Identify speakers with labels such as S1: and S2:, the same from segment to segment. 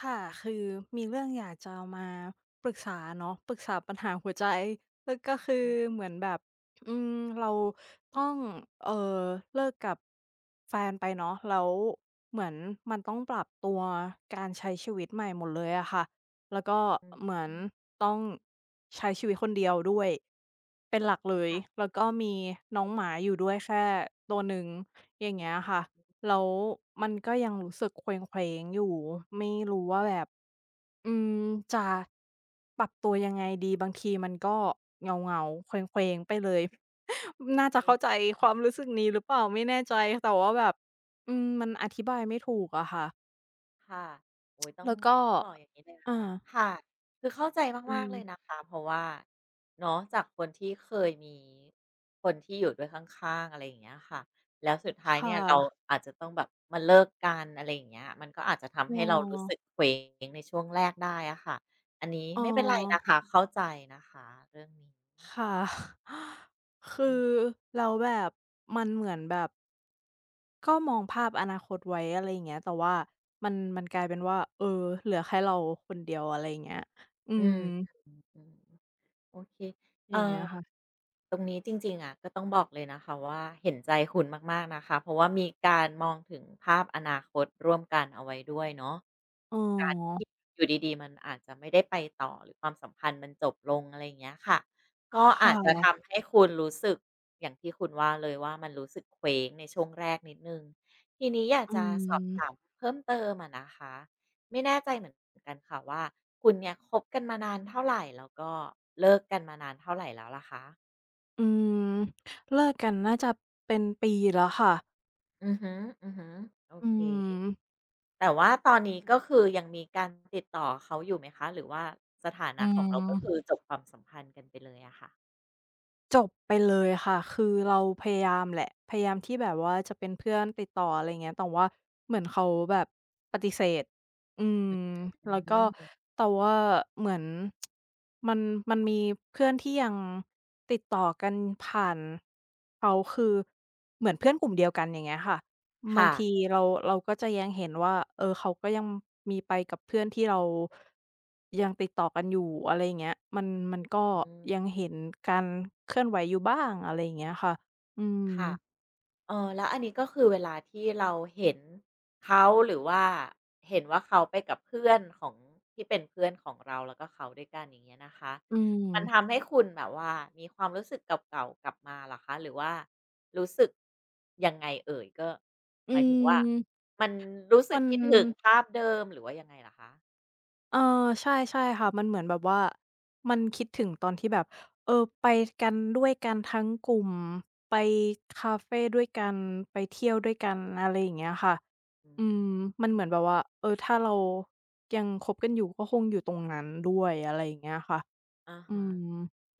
S1: ค่ะคือมีเรื่องอยากจะมาปรึกษาเนาะปรึกษาปัญหาหัวใจแล้วก็คือ
S2: อื
S1: เหมื
S2: ม
S1: อนแบบอืมเราต้องเอ่อเลิกกับแฟนไปเนาะแล้วเหมือนมันต้องปรับตัวการใช้ชีวิตใหม่หมดเลยอะค่ะ แล้วก็
S2: อืม
S1: เหมือน
S2: อืม
S1: ต้องใช้ชีวิตคนเดียวด้วยเป็นหลักเลย
S2: ค่ะ
S1: แล้วก็มีน้องหมาอยู่ด้วยแค่ตัวหนึ่งอย่างเงี้ยค่ะ
S2: อื
S1: แล้ว
S2: ม
S1: มันก็ยังรู้สึกเคว้งๆอยู่ไม่รู้ว่าแบบอืมจะปรับตัวยังไงดีบางทีมันก็เหงาๆเคว้งๆไปเลย น่าจะ
S2: อื
S1: เข้าใจ
S2: ม
S1: ความรู้สึกนี้หรือเปล่าไม่แน่ใจแต่ว่าแบบมันอธิบายไม่ถูกอะค่ะ
S2: ค่ะโอ้โฮต้อง
S1: แล้วก็
S2: บอกอย่างงี้เลยนะ
S1: อา
S2: คะค่ะคือเข้าใจ
S1: อื
S2: มากๆเลยนะ
S1: ม
S2: คะเพราะว่าเนาะจากคนที่เคยมีคนที่อยู่ด้วยข้างๆอะไรอย่างเงี้ยค่ะแล้วสุดท้าย
S1: ค่
S2: เนี่ยเรา
S1: ะ
S2: อาจจะต้องแบบมาเลิกกันอะไรอย่างเงี้ยมันก็อาจจะทำ
S1: อ๋อ
S2: ให้เรารู้สึกเคว้งในช่วงแรกได้อะค่ะอันนี้
S1: อ๋อ
S2: ไม่เป็นไรนะคะเข้าใจนะคะเรื่องนี้
S1: ค่ะ
S2: อื
S1: คื
S2: ม
S1: อแล้วแบบมันเหมือนแบบก็มองภาพอนาคตไว้อะไรอย่างเงี้ยแต่ว่ามันกลายเป็นว่าเออเหลือแค่เราคนเดียวอะไรอย่างเงี้ยอื
S2: อื
S1: ม
S2: มๆๆ โอเค
S1: อ
S2: เอ่อ
S1: ย่างเงี้ยค่ะ
S2: ตรงนี้จริงๆอะก็ต้องบอกเลยนะคะว่าเห็นใจคุณมากๆนะคะ เพราะว่ามีการมองถึงภาพอนาคตร่วมกันเอาไว้ด้วยเนาะ
S1: อ๋อ
S2: การที่อยู่ดีๆ มันอาจจะไม่ได้ไปต่อหรือความสัมพันธ์มันจบลงอะไรอย่างเงี้ยค่ะ ก็
S1: ค
S2: อาจจะ
S1: ่ะ
S2: ทำให้คุณรู้สึกอย่างที่คุณว่าเลยว่ามันรู้สึกเคว้งในช่วงแรกนิดหนึ่งทีนี้อยาก
S1: อื
S2: จะสอบ
S1: ม
S2: ถามเพิ่มเติมอะนะคะ ไม่แน่ใจเหมือนกันค่ะว่าคุณเนี่ยคบกันมานานเท่าไหร่แล้วก็เลิกกันมานานเท่าไหร่แล้วล่ะคะ
S1: อืมเลิกกันน่าจะเป็นปีแล้วค่ะ
S2: อือฮึอือฮึโอ
S1: อื
S2: เค
S1: ม
S2: แต่ว่าตอนนี้ก็คือยังมีการติดต่อเขาอยู่ไหมคะหรือว่าสถา
S1: อื
S2: นะของเราก็คือ
S1: ม
S2: จบความสัมพันธ์กันไปเลยอะค่ะ
S1: จบไปเลยค่ะ คือเราพยายามแหละพยายามที่แบบว่าจะเป็นเพื่อนติดต่ออะไรเงี้ยแต่ว่าเหมือนเขาแบบปฏิเสธอืม
S2: อื
S1: แล้วก็
S2: ม
S1: แต่ว่าเหมือนมันมันมีเพื่อนที่ยังติดต่อกันผ่านเขาคือเหมือนเพื่อนกลุ่มเดียวกันอย่างเงี้ยค่ะ บาง
S2: ค่ะ
S1: ทีเราเราก็จะยังเห็นว่าเออเขาก็ยังมีไปกับเพื่อนที่เรายังติดต่อกันอยู่อะไรอย่างเงี้ยมันก็
S2: อืม
S1: ยังเห็นการเคลื่อนไหวอยู่บ้างอะไรอย่างเงี้ยค่ะอืม
S2: ค่ะ เออแล้วอันนี้ก็คือเวลาที่เราเห็นเขาหรือว่าเห็นว่าเขาไปกับเพื่อนของที่เป็นเพื่อนของเราแล้วก็เขาด้วยกันอย่างเงี้ยนะคะ
S1: อืม
S2: มันทำให้คุณแบบว่ามีความรู้สึกเก่าๆกลับมาเหรอคะหรือว่ารู้สึกยังไงเอ่ยก็
S1: อื
S2: หมายถึงว่า
S1: ม
S2: มันรู้สึ
S1: มั
S2: ก
S1: น
S2: คิดถึงภาพเดิมหรือว่ายังไงเหรอคะ
S1: เออใช่ใช่ค่ะมันเหมือนแบบว่ามันคิดถึงตอนที่แบบเออไปกันด้วยกันทั้งกลุ่มไปคาเฟด้วยกันไปเที่ยวด้วยกันอะไรอย่างเงี้ยค่ะ
S2: อื
S1: อืม
S2: ม
S1: มันเหมือนแบบว่าเออถ้าเรายังคบกันอยู่ก็คงอยู่ตรงนั้นด้วยอะไรอย่างเงี้ยค่ะ
S2: อะ
S1: อื
S2: ฮะ
S1: ม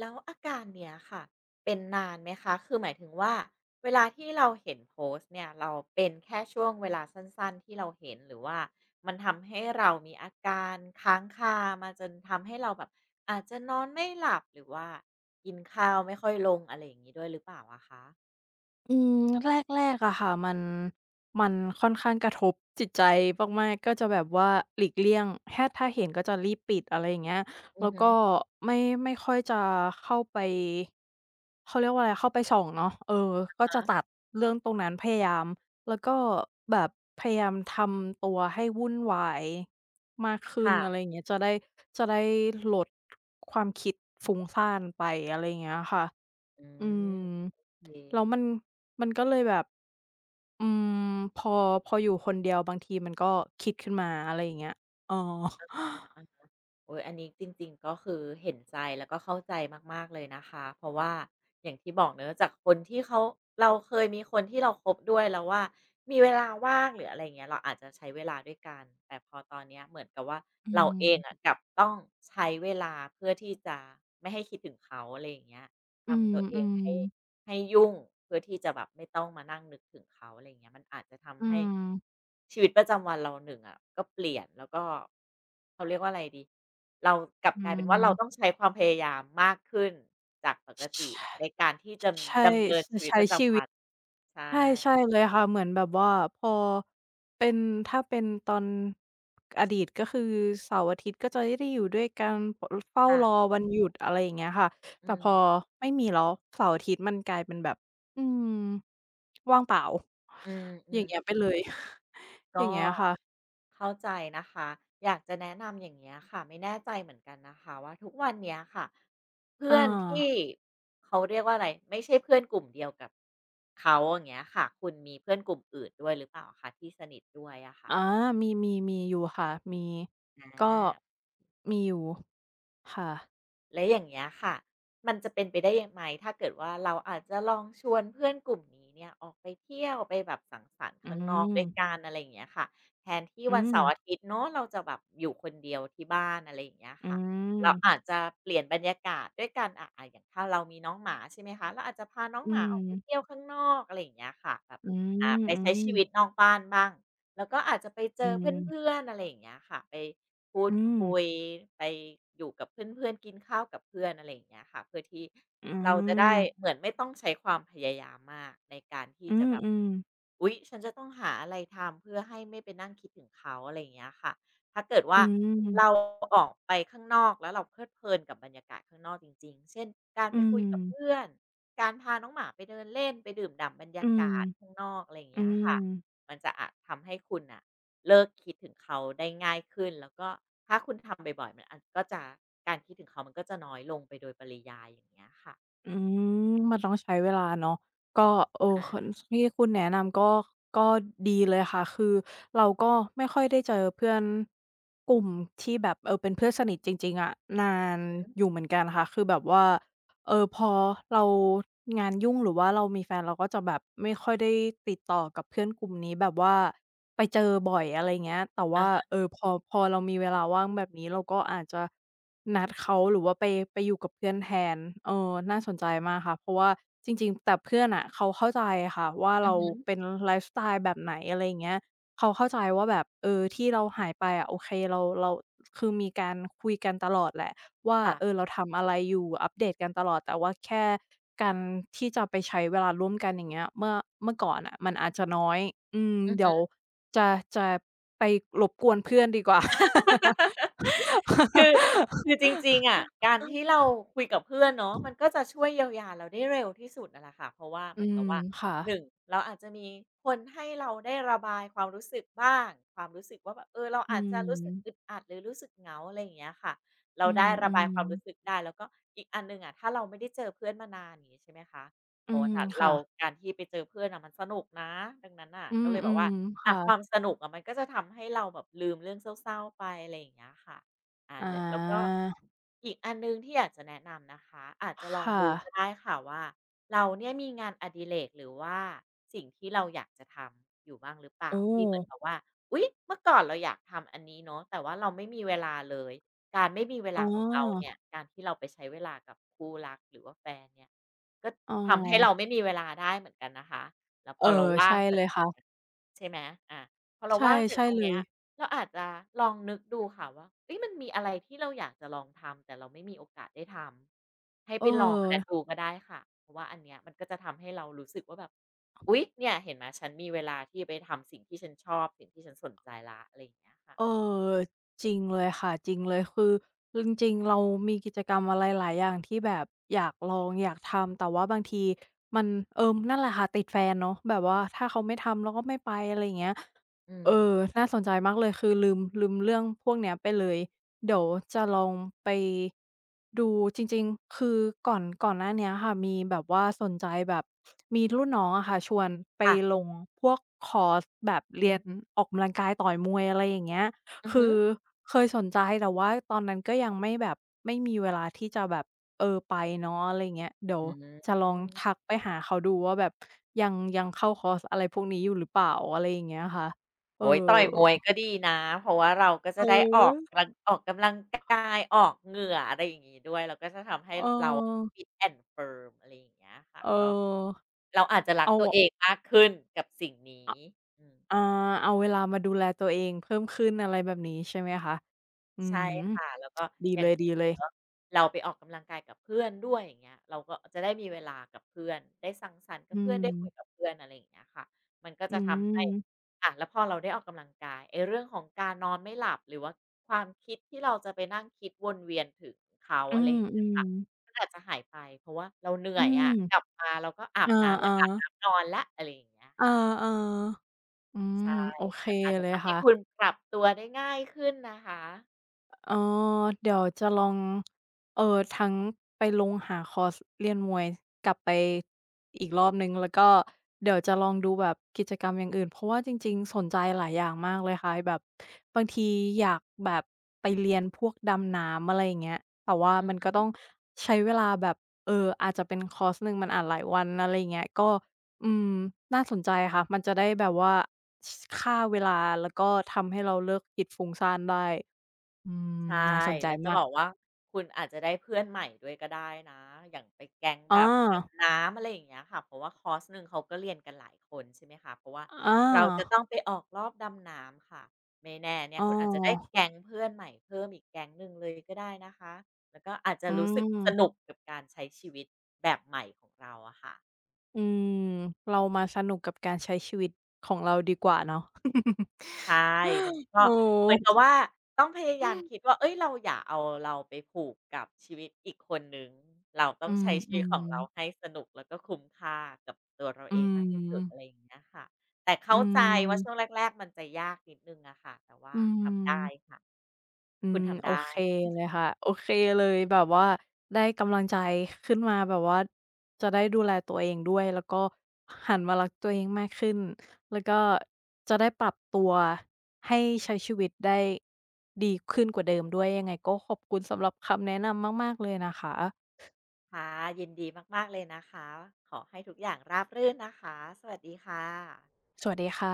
S2: แล้วอาการเนี้ยค่ะเป็นนานไหมคะคือหมายถึงว่าเวลาที่เราเห็นโพสต์เนี่ยเราเป็นแค่ช่วงเวลาสั้นๆที่เราเห็นหรือว่ามันทำให้เรามีอาการค้างคามาจนทำให้เราแบบอาจจะนอนไม่หลับหรือว่ากินข้าวไม่ค่อยลงอะไรอย่างงี้ด้วยหรือเปล่าอะคะ
S1: อืมแรกๆอะค่ะมันค่อนข้างกระทบจิตใจมากๆก็จะแบบว่าหลีกเลี่ยงแค่ถ้าเห็นก็จะรีบปิดอะไรอย่างเงี้ย
S2: อื
S1: แล้
S2: อ
S1: ว
S2: ฮึ
S1: ก็ไม่ไม่ค่อยจะเข้าไปเขาเรียกว่าอะไรเข้าไปส่องเนาะเออก็
S2: ฮะ
S1: จะตัดเรื่องตรงนั้นพยายามแล้วก็แบบพยายามทำตัวให้วุ่นวายมากขึ้น
S2: ค่ะ
S1: อะไรอย่างเงี้ยจะได้ลดความคิดฟุ้งซ่านไปอะไรอย่างเงี้ยค่ะ
S2: อื
S1: อืม
S2: มโอเค
S1: แล้วมันก็เลยแบบอืมพอพออยู่คนเดียวบางทีมันก็คิดขึ้นมาอะไรอย่างเงี้ยอ๋อ
S2: โอ๊ย อันนี้จริงๆก็คือเห็นใจแล้วก็เข้าใจมากๆเลยนะคะ เพราะว่าอย่างที่บอกเนอะจากคนที่เขาเราเคยมีคนที่เราคบด้วยแล้วว่ามีเวลาว่างหรืออะไรเงี้ยเราอาจจะใช้เวลาด้วยกันแต่พอตอนเนี้ยเหมือนกับว่า
S1: อื
S2: เราเองอ่ะ
S1: ม
S2: กลับต้องใช้เวลาเพื่อที่จะไม่ให้คิดถึงเขาอะไรอย่างเงี้ย
S1: อืม
S2: ทำตัวเอ
S1: อื
S2: ง
S1: ม
S2: ให้ ให้ยุ่งเพื่อที่จะแบบไม่ต้องมานั่งนึกถึงเขาอะไรอย่างเงี้ยมันอาจจะ
S1: อื
S2: ทำให้
S1: ม
S2: ชีวิตประจำวันเราหนึ่งอะก็เปลี่ยนแล้วก็เขาเรียกว่าอะไรดีเรากลับ
S1: อื
S2: กลายเป็นว่าเราต้อง
S1: ม
S2: ใช้ความพยายามมากขึ้นจากปกติในการที่จะ
S1: ใช่
S2: ดำเนินชีวิต
S1: ใช้
S2: ประ
S1: ชี
S2: จำ
S1: วิ
S2: วั
S1: ต
S2: นใช่
S1: ใช่ใช่เลยค่ะ เหมือนแบบว่าพอเป็นถ้าเป็นตอนอดีตก็คือเสาร์อาทิตย์ก็จะได้อยู่ด้วยกันเฝาเฝ้ารอ
S2: ค่ะ
S1: วันหยุดอะไรอย่างเงี้ยค่ะแต่
S2: อื
S1: พอ
S2: ม
S1: ไม่มีแล้วเสาร์อาทิตย์มันกลายเป็นแบบอืม ว่างเปล่า
S2: อืมอ
S1: อย่างเงี้ยไป
S2: ม
S1: เลย อ
S2: ก็
S1: ย่างเงี้ยค่ะ
S2: เข้าใจนะคะอยากจะแนะนำอย่างเงี้ยค่ะไม่แน่ใจเหมือนกันนะคะว่าทุกวันเนี้ยค่ะเพื่อ
S1: อา
S2: นที่เขาเรียกว่าอะไรไม่ใช่เพื่อนกลุ่มเดียวกับเขาอย่างเงี้ยค่ะคุณมีเพื่อนกลุ่มอื่นด้วยหรือเปล่าคะที่สนิทด้วยอะค่ะ
S1: อามีมีอยู่ค่ะมี
S2: อ
S1: ก็
S2: า
S1: มีอยู่ค่ะ
S2: และอย่างเงี้ยค่ะ มันจะเป็นไปได้ยังไงถ้าเกิดว่าเราอาจจะลองชวนเพื่อนกลุ่มนี้เนี่ยออกไปเที่ยวไปแบบสังสรรค์
S1: อื
S2: ข้างนอก
S1: ม
S2: ด้วยกันอะไรอย่างเงี้ยค่ะแทนที่
S1: อื
S2: วัน
S1: ม
S2: เสาร์อาทิตย์เนาะเราจะแบบอยู่คนเดียวที่บ้านอะไรอย่างเงี้ย
S1: อื
S2: ค่ะ
S1: ม
S2: เราอาจจะเปลี่ยนบรรยากาศด้วยการอย่างถ้าเรามีน้องหมาใช่ไหมคะเราอาจจะพาน้อง
S1: อื
S2: หมาอ
S1: ม
S2: อกไปเที่ยวข้างนอกอะไรอย่างเงี้ยค่ะแบบ
S1: อื
S2: อ่ะ
S1: ม
S2: ไป
S1: อื
S2: ใช้
S1: ม
S2: ชีวิตนอกบ้านบ้างแล้วก็อาจจะไปเจอเพื่
S1: อ
S2: อนๆอะไรอย่างเงี้ยค่ะไป พูด
S1: ืม
S2: คุยไปอยู่กับเพื่อนๆกินข้าวกับเพื่อนอะไรอย่างเงี้ยค่ะเพื่อที่
S1: อื
S2: เราจะได้เห
S1: ม
S2: มือนไม่ต้องใช้ความพยายามมากในการที่
S1: อื
S2: จะ
S1: ม
S2: แบบ
S1: อืม
S2: อุ๊ยฉันจะต้องหาอะไรทำเพื่อให้ไม่ไปนั่งคิดถึงเขาอะไรอย่างเงี้ยค่ะถ้าเกิด
S1: อื
S2: ว่าเรา
S1: ม
S2: ออกไปข้างนอกแล้วเราเพลิดเพลินกับบรรยากาศข้างนอกจริงๆเช่นการไป
S1: อื
S2: คุ
S1: ม
S2: ยกับเพื่อนการพาน้องหมาไปเดินเล่นไปดื่มด่ำบรร
S1: อื
S2: ยา
S1: ม
S2: กาศข้างนอกอะไรอย่าง
S1: อืม
S2: เงี้ย
S1: อื
S2: ค่ะ
S1: ม
S2: มันจะอาจทำให้คุณน่ะ เลิกคิดถึงเขาได้ง่ายขึ้นแล้วก็ถ้าคุณทำบ่อยๆมันอาจก็จะการคิดถึงเขามันก็จะน้อยลงไปโดยปริยายอย่างเงี้ยค่ะ
S1: อืมมันต้องใช้เวลาเนาะก็เออคน
S2: อา
S1: ที่คุณแนะนำก็ก็ดีเลยค่ะคือเราก็ไม่ค่อยได้เจอเพื่อนกลุ่มที่แบบเออเป็นเพื่อนสนิทจริงๆอะนานอยู่เหมือนกันค่ะคือแบบว่าเออพอเรางานยุ่งหรือว่าเรามีแฟนเราก็จะแบบไม่ค่อยได้ติดต่อกับเพื่อนกลุ่มนี้แบบว่าไปเจอบ่อยอะไรเงี้ยแต่
S2: อะ
S1: ว่า
S2: ฮะ
S1: เออพอเรามีเวลาว่างแบบนี้เราก็อาจจะ นัดเขาหรือว่าไปอยู่กับเพื่อนแทนเออน่าสนใจมากค่ะเพราะว่าจริงๆแต่เพื่อนน่ะเขาเข้าใจค่ะว่า
S2: อือ
S1: เรา
S2: ฮึ
S1: เป็นไลฟ์สไตล์แบบไหนอะไรอย่างเงี้ยเขาเข้าใจว่าแบบเออที่เราหายไปอะโอเคเราคือมีการคุยกันตลอดแหละว่า
S2: ค่ะ
S1: เออเราทำอะไรอยู่อัปเดตกันตลอดแต่ว่าแค่การที่จะไปใช้เวลาร่วมกันอย่างเงี้ยเมื่อก่อนน่ะมันอาจจะน้อยอืมเดี๋ยวจะจะไปรบกวนเพื่อนดีกว่า
S2: คือ คือจริงๆอะการที่เราคุยกับเพื่อนเนาะมันก็จะช่วยเยียวยาเราได้เร็วที่สุดนั่นแหละค่ะเพราะว่า
S1: อื
S2: เหมือน
S1: ม
S2: กับว่า
S1: ค่ะ
S2: 1เราอาจจะมีคนให้เราได้ระบายความรู้สึกบ้างความรู้สึกว่าแบบเออเรา
S1: อื
S2: อาจจะรู้สึกอึด
S1: ม
S2: อัดหรือรู้สึกเหงาอะไรอย่างเงี้ยค่ะเรา
S1: อื
S2: ได้
S1: ม
S2: ระ
S1: อื
S2: บา
S1: ม
S2: ยความรู้สึกได้แล้วก็อีกอันหนึ่งอะถ้าเราไม่ได้เจอเพื่อนมานานอย่างงี้ใช่ไหมคะ
S1: อื
S2: โอ้
S1: ม
S2: ถ้าเรา
S1: ค่ะ
S2: การที่ไปเจอเพื่อนอะมันสนุกนะดังนั้นน่ะ
S1: อื
S2: ก็
S1: ม
S2: เลย
S1: อื
S2: แบบ
S1: ม
S2: ว่า อ่ะความ
S1: ค่ะ
S2: สนุกอะมันก็จะทำให้เราแบบลืมเรื่องเศร้าๆไปอะไรอย่างเงี้ยค่ะอาล
S1: อา
S2: แล้วก็อีกอันหนึ่งที่อยากจะแนะนำนะคะอาจจะ
S1: ค
S2: ลอง
S1: ่ะ
S2: ดูก็ได้ค่ะว่าเราเนี่ยมีงานอดิเรกหรือว่าสิ่งที่เราอยากจะทำอยู่บ้างหรือเปล่า
S1: โอ้
S2: ที่เหมือนกับว่าอุ๊ยเมื่อก่อนเราอยากทำอันนี้เนาะแต่ว่าเราไม่มีเวลาเลยการไม่มีเว
S1: อ๋
S2: ลา
S1: อ
S2: ของเราเนี่ยการที่เราไปใช้เวลากับคู่รักหรือว่าแฟนเนี่ยก็
S1: อ๋อ
S2: ทำให้เราไม่มีเวลาได้เหมือนกันนะคะแล้วพ
S1: เออ
S2: อเราว่า
S1: ใช่
S2: ง จา
S1: เลย
S2: ก
S1: ค่ะ
S2: ใช่ไหมอ่ะพอเรา
S1: ใช่
S2: ว่างจาก
S1: ใช่
S2: ตรง
S1: เล
S2: เนี้
S1: ย
S2: ยเราอาจจะลองนึกดูค่ะว่าเฮ้ยมันมีอะไรที่เราอยากจะลองทำแต่เราไม่มีโอกาสได้ทำให้
S1: เอ
S2: ไป
S1: อ
S2: ลองอันนั้นดูก็ได้ค่ะเพราะว่าอันเนี้ยมันก็จะทำให้เรารู้สึกว่าแบบอุ๊ยเนี่ยเห็นไหมฉันมีเวลาที่ไปทำสิ่งที่ฉันชอบสิ่งที่ฉันสนใจล้อะไรอย่างเงี้ยค่ะ
S1: เออจริงเลยค่ะจริงเลยคือจริงๆเรามีกิจกรรมอะไรหลายอย่างที่แบบอยากลองอยากทำแต่ว่าบางทีมันเออนั่นแหละค่ะติดแฟนเนาะแบบว่าถ้าเขาไม่ทำเราก็ไม่ไปอะไรอย่างเงี้ย
S2: อื
S1: เอ
S2: ม
S1: อน่าสนใจมากเลยคือลืมเรื่องพวกเนี้ยไปเลย เดี๋ยวจะลองไปดูจริงๆ คือก่อนหน้าเนี้ยค่ะมีแบบว่าสนใจแบบมีรุ่นน้องอะค่ะชวนไป
S2: ค่ะ
S1: ลงพวกคอร์สแบบเรียนออกกำลังกายต่อยมวยอะไรอย่างเงี้ย
S2: อือ
S1: คื
S2: ฮึ
S1: อ
S2: อ
S1: เคยสนใจแต่ว่าตอนนั้นก็ยังไม่แบบไม่มีเวลาที่จะแบบไปเนาะอะไรอย่างเงี้ยเดี๋ยว
S2: อืม
S1: จะลองทักไปหาเขาดูว่าแบบยังเข้าคอร์สอะไรพวกนี้อยู่หรือเปล่าอะไรอย่างเงี้ยค่ะเออ
S2: โอ๊ยต่อยมวยก็ดีนะเพราะว่าเราก็
S1: เ
S2: จะได้ออกกำลั
S1: ออ
S2: งออกกำลังกายออกเหงื่ออะไรอย่างงี้ด้วยแล้วก็จะทำให้
S1: เอ
S2: เรา
S1: อ
S2: fit and firm อะไรอย่างเงี้ยค่ะ
S1: เออ
S2: ก็เราอาจจะรัก
S1: เอา
S2: ตัวเองมากขึ้นกับสิ่ง
S1: อ
S2: นี้อืม
S1: อาเอาเวลามาดูแลตัวเองเพิ่มขึ้นอะไรแบบนี้ใช่ไหมคะอื
S2: ใช่
S1: ม
S2: ค่ะแล้วก็
S1: ดี
S2: อ
S1: เล
S2: ย่างที่บอก
S1: ย
S2: เนาะ
S1: ๆ
S2: เราไปออกกำลังกายกับเพื่อนด้วยอย่างเงี้ยเราก็จะได้มีเวลากับเพื่อนได้สังสรรค์กับ
S1: อื
S2: เพื่อนได้คุยกั
S1: ม
S2: บเพื่อนอะไรอย่างเงี้ยค่ะมันก็
S1: อื
S2: จะทำให้
S1: ม
S2: อะแล้วพอเราได้ออกกำลังกายไอ้เรื่องของการนอนไม่หลับหรือว่าความคิดที่เราจะไปนั่งคิดวนเวียนถึงเขา
S1: อื
S2: อะไรอย่างเงี้ยค่ะ
S1: มๆ
S2: มันอาจจะหายไปเพราะว่าเราเหนื่
S1: อื
S2: อย
S1: ม
S2: อะกลับมาเราก็อาบน้ำอ
S1: อา
S2: ยากอาบน้ำนอนแล้วอะไรอย่างเงี้ย
S1: ๆอา
S2: ค่ะ
S1: ๆอื
S2: ใช่
S1: มโอเค
S2: มันอาจจะ
S1: เลย
S2: ทำให้
S1: ค่ะ
S2: คุณปรับตัวได้ง่ายขึ้นนะคะ
S1: เออเดี๋ยวจะลองทั้งไปลงหาคอร์สเรียนมวยกลับไปอีกรอบหนึ่งแล้วก็เดี๋ยวจะลองดูแบบกิจกรรมอย่างอื่นเพราะว่าจริงๆสนใจหลายอย่างมากเลยค่ะแบบบางทีอยากแบบไปเรียนพวกดำน้ำอะไรอย่างเงี้ยแต่ว่ามันก็
S2: อื
S1: ต้องใช้เวลาแบบอาจจะเป็นคอร์สหนึ่งมันอาจหลายวันอะไรอย่างเงี้ยก็อืมน่าสนใจค่ะมันจะได้แบบว่าชฆ่าเวลาแล้วก็ทำให้เราเลิกคิดฟุ้งซ่านได้ อืม
S2: ใช่
S1: น่าสนใจ
S2: แล้วจะ
S1: มา
S2: บ
S1: ก
S2: อกว่าคุณอาจจะได้เพื่อนใหม่ด้วยก็ได้นะอย่างไปแก๊งแบ
S1: อา
S2: บดำน้ำอะไรอย่างเงี้ยค่ะเพราะว่าคอร์สหนึ่งเขาก็เรียนกันหลายคนใช่ไหมคะเพราะว่า
S1: อา
S2: เราจะต้องไปออกรอบดำน้ำค่ะไม่แน่เนี่ย
S1: อ้อ
S2: คุณอาจจะได้แก๊งเพื่อนใหม่เพิ่มอีกแก๊งหนึ่งเลยก็ได้นะคะแล้วก็อาจจะ
S1: อื
S2: รู้สึกสนุก
S1: ม
S2: กับการใช้ชีวิตแบบใหม่ของเราอะค่ะ
S1: อืมเรามาสนุกกับการใช้ชีวิตของเราดีกว่าเนาะ
S2: ใช่ มันก็
S1: เออ
S2: เหมือนกับว่าต้องพยายามคิดว่าเอ้ยเราอย่าเอาเราไปผูกกับชีวิตอีกคนหนึ่งเราต้อ
S1: อื
S2: งใช้ชีวิตข
S1: ม
S2: องเราให้
S1: ๆ
S2: สนุกแล้วก็คุ้มค่ากับตัวเรา
S1: อื
S2: เองมากที่สุด
S1: ม
S2: อะไรอย่างเงี้ยค่ะแต่
S1: อื
S2: เข้าใจว่าช่วง
S1: ม
S2: แรกๆมันจะยากนิดหนึ่งอะค่ะแต่ว่า
S1: อื
S2: ทำได้
S1: ม
S2: ค่ะ
S1: อื
S2: คุณ
S1: ม
S2: ทำ
S1: โอ
S2: ได้
S1: เคเลยค่ะโอเคเลยแบบว่าได้กำลังใจขึ้นมาแบบว่าจะได้ดูแลตัวเองด้วยแล้วก็หันมารักตัวเองมากขึ้นแล้วก็จะได้ปรับตัวให้ใช้ชีวิตได้ดีขึ้นกว่าเดิมด้วยยังไงก็ขอบคุณสำหรับคำแนะนำมากๆเลยนะคะ
S2: ค่ะยินดีมากๆเลยนะคะขอให้ทุกอย่างราบรื่นนะคะสวัสดีค่ะ
S1: สวัสดีค่ะ